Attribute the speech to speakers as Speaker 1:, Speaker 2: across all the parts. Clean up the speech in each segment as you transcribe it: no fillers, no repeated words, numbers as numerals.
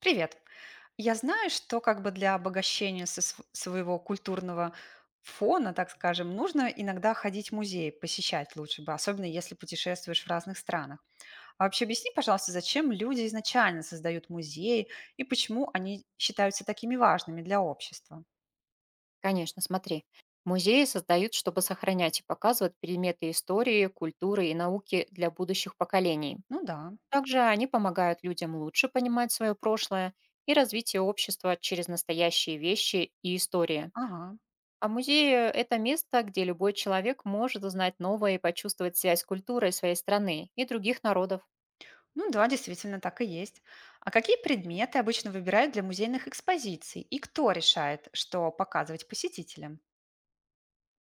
Speaker 1: Привет. Я знаю, что как бы для обогащения своего культурного фона, так скажем, нужно иногда ходить в музей, посещать лучше бы, особенно если путешествуешь в разных странах. А вообще объясни, пожалуйста, зачем люди изначально создают музеи и почему они считаются такими важными для общества?
Speaker 2: Конечно, смотри. Музеи создают, чтобы сохранять и показывать предметы истории, культуры и науки для будущих поколений.
Speaker 1: Ну да,
Speaker 2: Также они помогают людям лучше понимать свое прошлое и развитие общества через настоящие вещи и истории.
Speaker 1: ага.
Speaker 2: А музеи– это место, где любой человек может узнать новое и почувствовать связь с культурой своей страны и других народов.
Speaker 1: Ну да, действительно, так и есть. А какие предметы обычно выбирают для музейных экспозиций? И кто решает, что показывать посетителям?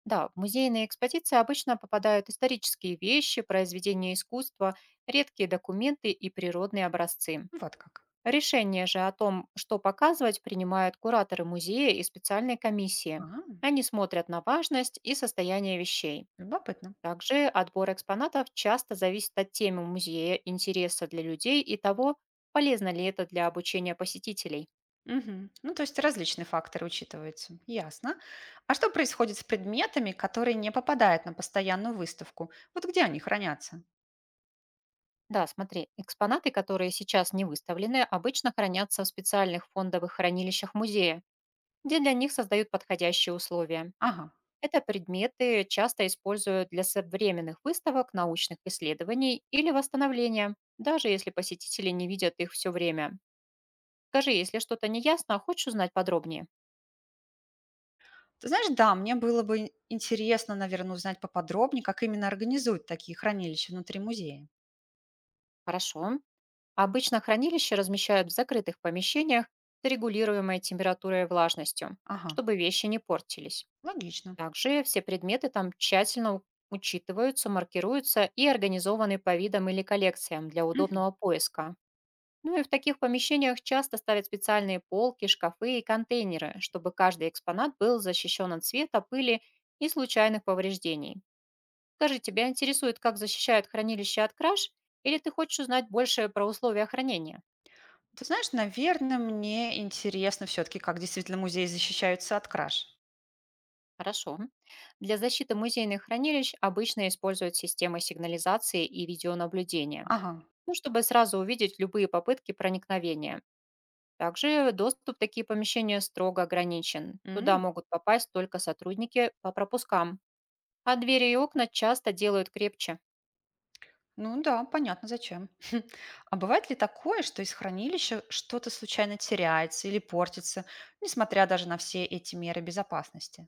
Speaker 2: Да, в музейные экспозиции обычно попадают исторические вещи, произведения искусства, редкие документы и природные образцы.
Speaker 1: Вот как.
Speaker 2: Решение же о том, что показывать, принимают кураторы музея и специальные комиссии.
Speaker 1: А,
Speaker 2: Они смотрят на важность и состояние вещей.
Speaker 1: любопытно.
Speaker 2: Также отбор экспонатов часто зависит от темы музея, интереса для людей и того, полезно ли это для обучения посетителей.
Speaker 1: Мгм. Ну, то есть различные факторы учитываются. Ясно. А что происходит с предметами, которые не попадают на постоянную выставку? Вот где они хранятся?
Speaker 2: Да, смотри, экспонаты, которые сейчас не выставлены, обычно хранятся в специальных фондовых хранилищах музея, где для них создают подходящие условия.
Speaker 1: Ага.
Speaker 2: Это предметы часто используют для современных выставок, научных исследований или восстановления, даже если посетители не видят их все время. Скажи, если что-то неясно, хочешь узнать подробнее?
Speaker 1: Ты знаешь, да, мне было бы интересно, наверное, узнать поподробнее, как именно организуют такие хранилища внутри музея.
Speaker 2: Хорошо. Обычно хранилища размещают в закрытых помещениях с регулируемой температурой и влажностью,
Speaker 1: Ага,
Speaker 2: чтобы вещи не портились.
Speaker 1: логично.
Speaker 2: Также все предметы там тщательно учитываются, маркируются и организованы по видам или коллекциям для
Speaker 1: Мгм.
Speaker 2: удобного поиска. Ну и в таких помещениях часто ставят специальные полки, шкафы и контейнеры, чтобы каждый экспонат был защищен от света, пыли и случайных повреждений. Скажи, тебя интересует, как защищают хранилище от краж, или ты хочешь узнать больше про условия хранения?
Speaker 1: Ты знаешь, наверное, мне интересно все-таки, как действительно музеи защищаются от краж.
Speaker 2: Хорошо. Для защиты музейных хранилищ обычно используют системы сигнализации и видеонаблюдения,
Speaker 1: Ага.
Speaker 2: ну, чтобы сразу увидеть любые попытки проникновения. Также доступ в такие помещения строго ограничен. Туда
Speaker 1: М.
Speaker 2: могут попасть только сотрудники по пропускам, а двери и окна часто делают крепче.
Speaker 1: Ну да, понятно, зачем. А бывает ли такое, что из хранилища что-то случайно теряется или портится, несмотря даже на все эти меры безопасности?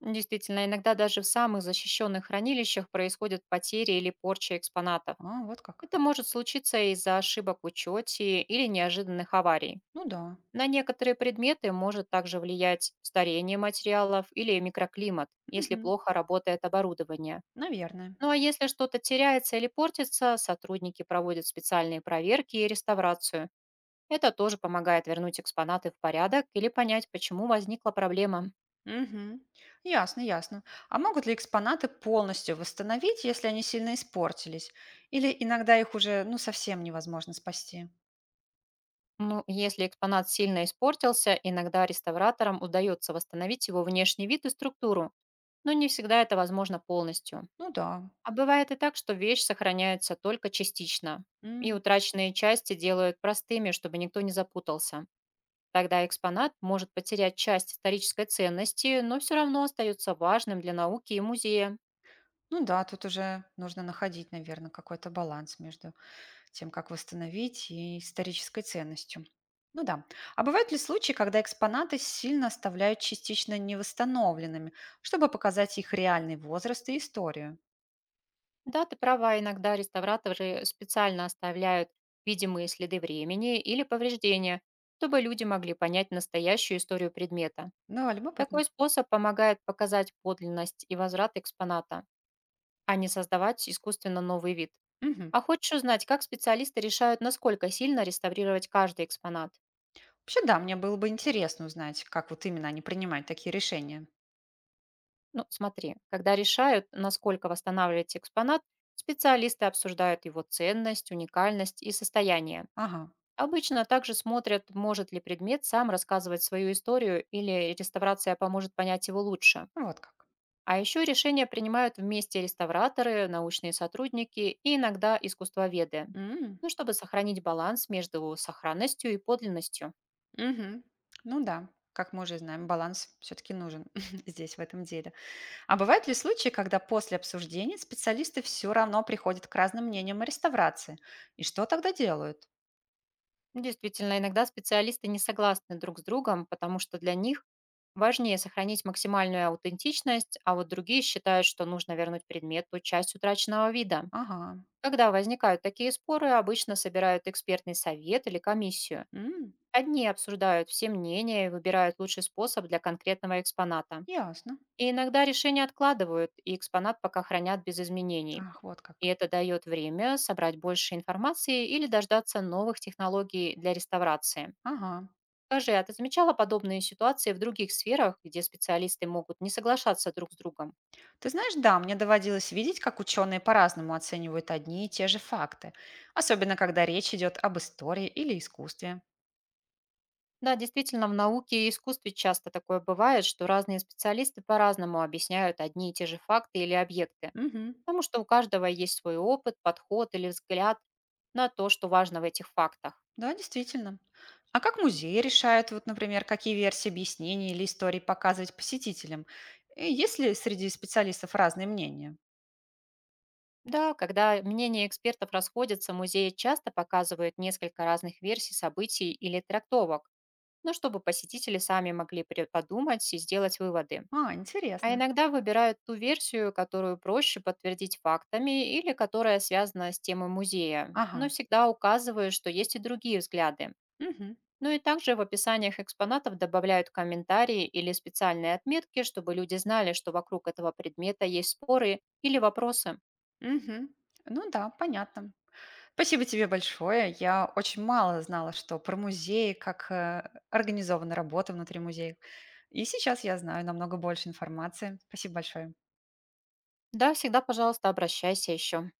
Speaker 2: Действительно, иногда даже в самых защищенных хранилищах происходят потери или порча экспонатов.
Speaker 1: А, вот как.
Speaker 2: Это может случиться из-за ошибок в учете или неожиданных аварий.
Speaker 1: Ну да.
Speaker 2: На некоторые предметы может также влиять старение материалов или микроклимат, если
Speaker 1: Мгм.
Speaker 2: плохо работает оборудование.
Speaker 1: Наверное.
Speaker 2: Ну а если что-то теряется или портится, сотрудники проводят специальные проверки и реставрацию. Это тоже помогает вернуть экспонаты в порядок или понять, почему возникла проблема.
Speaker 1: Мгм. Ясно, ясно. А могут ли экспонаты полностью восстановить, если они сильно испортились? Или иногда их уже, ну, совсем невозможно спасти?
Speaker 2: Ну, если экспонат сильно испортился, иногда реставраторам удается восстановить его внешний вид и структуру, но не всегда это возможно полностью.
Speaker 1: Ну да.
Speaker 2: А бывает и так, что вещь сохраняется только частично, и
Speaker 1: М.
Speaker 2: утраченные части делают простыми, чтобы никто не запутался. Тогда экспонат может потерять часть исторической ценности, но все равно остается важным для науки и музея.
Speaker 1: Ну да, тут уже нужно находить, наверное, какой-то баланс между тем, как восстановить, и исторической ценностью. Ну да. А бывают ли случаи, когда экспонаты сильно оставляют частично невосстановленными, чтобы показать их реальный возраст и историю?
Speaker 2: Да, ты права, иногда реставраторы специально оставляют видимые следы времени или повреждения, чтобы люди могли понять настоящую историю предмета.
Speaker 1: Ну, а любопытно.
Speaker 2: Такой способ помогает показать подлинность и возврат экспоната, а не создавать искусственно новый вид.
Speaker 1: Мгм.
Speaker 2: А хочешь узнать, как специалисты решают, насколько сильно реставрировать каждый экспонат?
Speaker 1: Вообще, да, мне было бы интересно узнать, как вот именно они принимают такие решения.
Speaker 2: Ну, смотри, когда решают, насколько восстанавливать экспонат, специалисты обсуждают его ценность, уникальность и состояние.
Speaker 1: Ага,
Speaker 2: Обычно также смотрят, может ли предмет сам рассказывать свою историю или реставрация поможет понять его лучше.
Speaker 1: вот как.
Speaker 2: А еще решения принимают вместе реставраторы, научные сотрудники и иногда искусствоведы,
Speaker 1: М,
Speaker 2: ну, чтобы сохранить баланс между сохранностью и подлинностью.
Speaker 1: мгм. Ну да, как мы уже знаем, баланс все-таки нужен здесь, в этом деле. А бывают ли случаи, когда после обсуждений специалисты все равно приходят к разным мнениям о реставрации? И что тогда делают?
Speaker 2: Ну, действительно, иногда специалисты не согласны друг с другом, потому что для них важнее сохранить максимальную аутентичность, а вот другие считают, что нужно вернуть предмету часть утраченного вида.
Speaker 1: Ага,
Speaker 2: Когда возникают такие споры, обычно собирают экспертный совет или комиссию.
Speaker 1: м,
Speaker 2: Одни обсуждают все мнения и выбирают лучший способ для конкретного экспоната.
Speaker 1: ясно.
Speaker 2: И иногда решения откладывают, и экспонат пока хранят без изменений.
Speaker 1: Ах, вот
Speaker 2: И
Speaker 1: как.
Speaker 2: это дает время собрать больше информации или дождаться новых технологий для реставрации.
Speaker 1: Ага.
Speaker 2: Скажи, а ты замечала подобные ситуации в других сферах, где специалисты могут не соглашаться друг с другом?
Speaker 1: Ты знаешь, да, мне доводилось видеть, как ученые по-разному оценивают одни и те же факты, особенно когда речь идет об истории или искусстве.
Speaker 2: Да, действительно, в науке и искусстве часто такое бывает, что разные специалисты по-разному объясняют одни и те же факты или объекты,
Speaker 1: Мгм.
Speaker 2: потому что у каждого есть свой опыт, подход или взгляд на то, что важно в этих фактах.
Speaker 1: Да, действительно. А как музеи решают, вот, например, какие версии объяснений или историй показывать посетителям? И есть ли среди специалистов разные мнения?
Speaker 2: Да, когда мнения экспертов расходятся, музеи часто показывают несколько разных версий событий или трактовок, но чтобы посетители сами могли подумать и сделать выводы.
Speaker 1: А,
Speaker 2: А
Speaker 1: интересно.
Speaker 2: иногда выбирают ту версию, которую проще подтвердить фактами или которая связана с темой музея,
Speaker 1: Ага.
Speaker 2: но всегда указывая, что есть и другие взгляды.
Speaker 1: Мгм.
Speaker 2: Ну и также в описаниях экспонатов добавляют комментарии или специальные отметки, чтобы люди знали, что вокруг этого предмета есть споры или вопросы.
Speaker 1: Мгм. Ну да, понятно. Спасибо тебе большое. Я очень мало знала, что про музеи, организована работа внутри музеев. И сейчас я знаю намного больше информации. Спасибо большое.
Speaker 2: Да, всегда, пожалуйста, обращайся еще.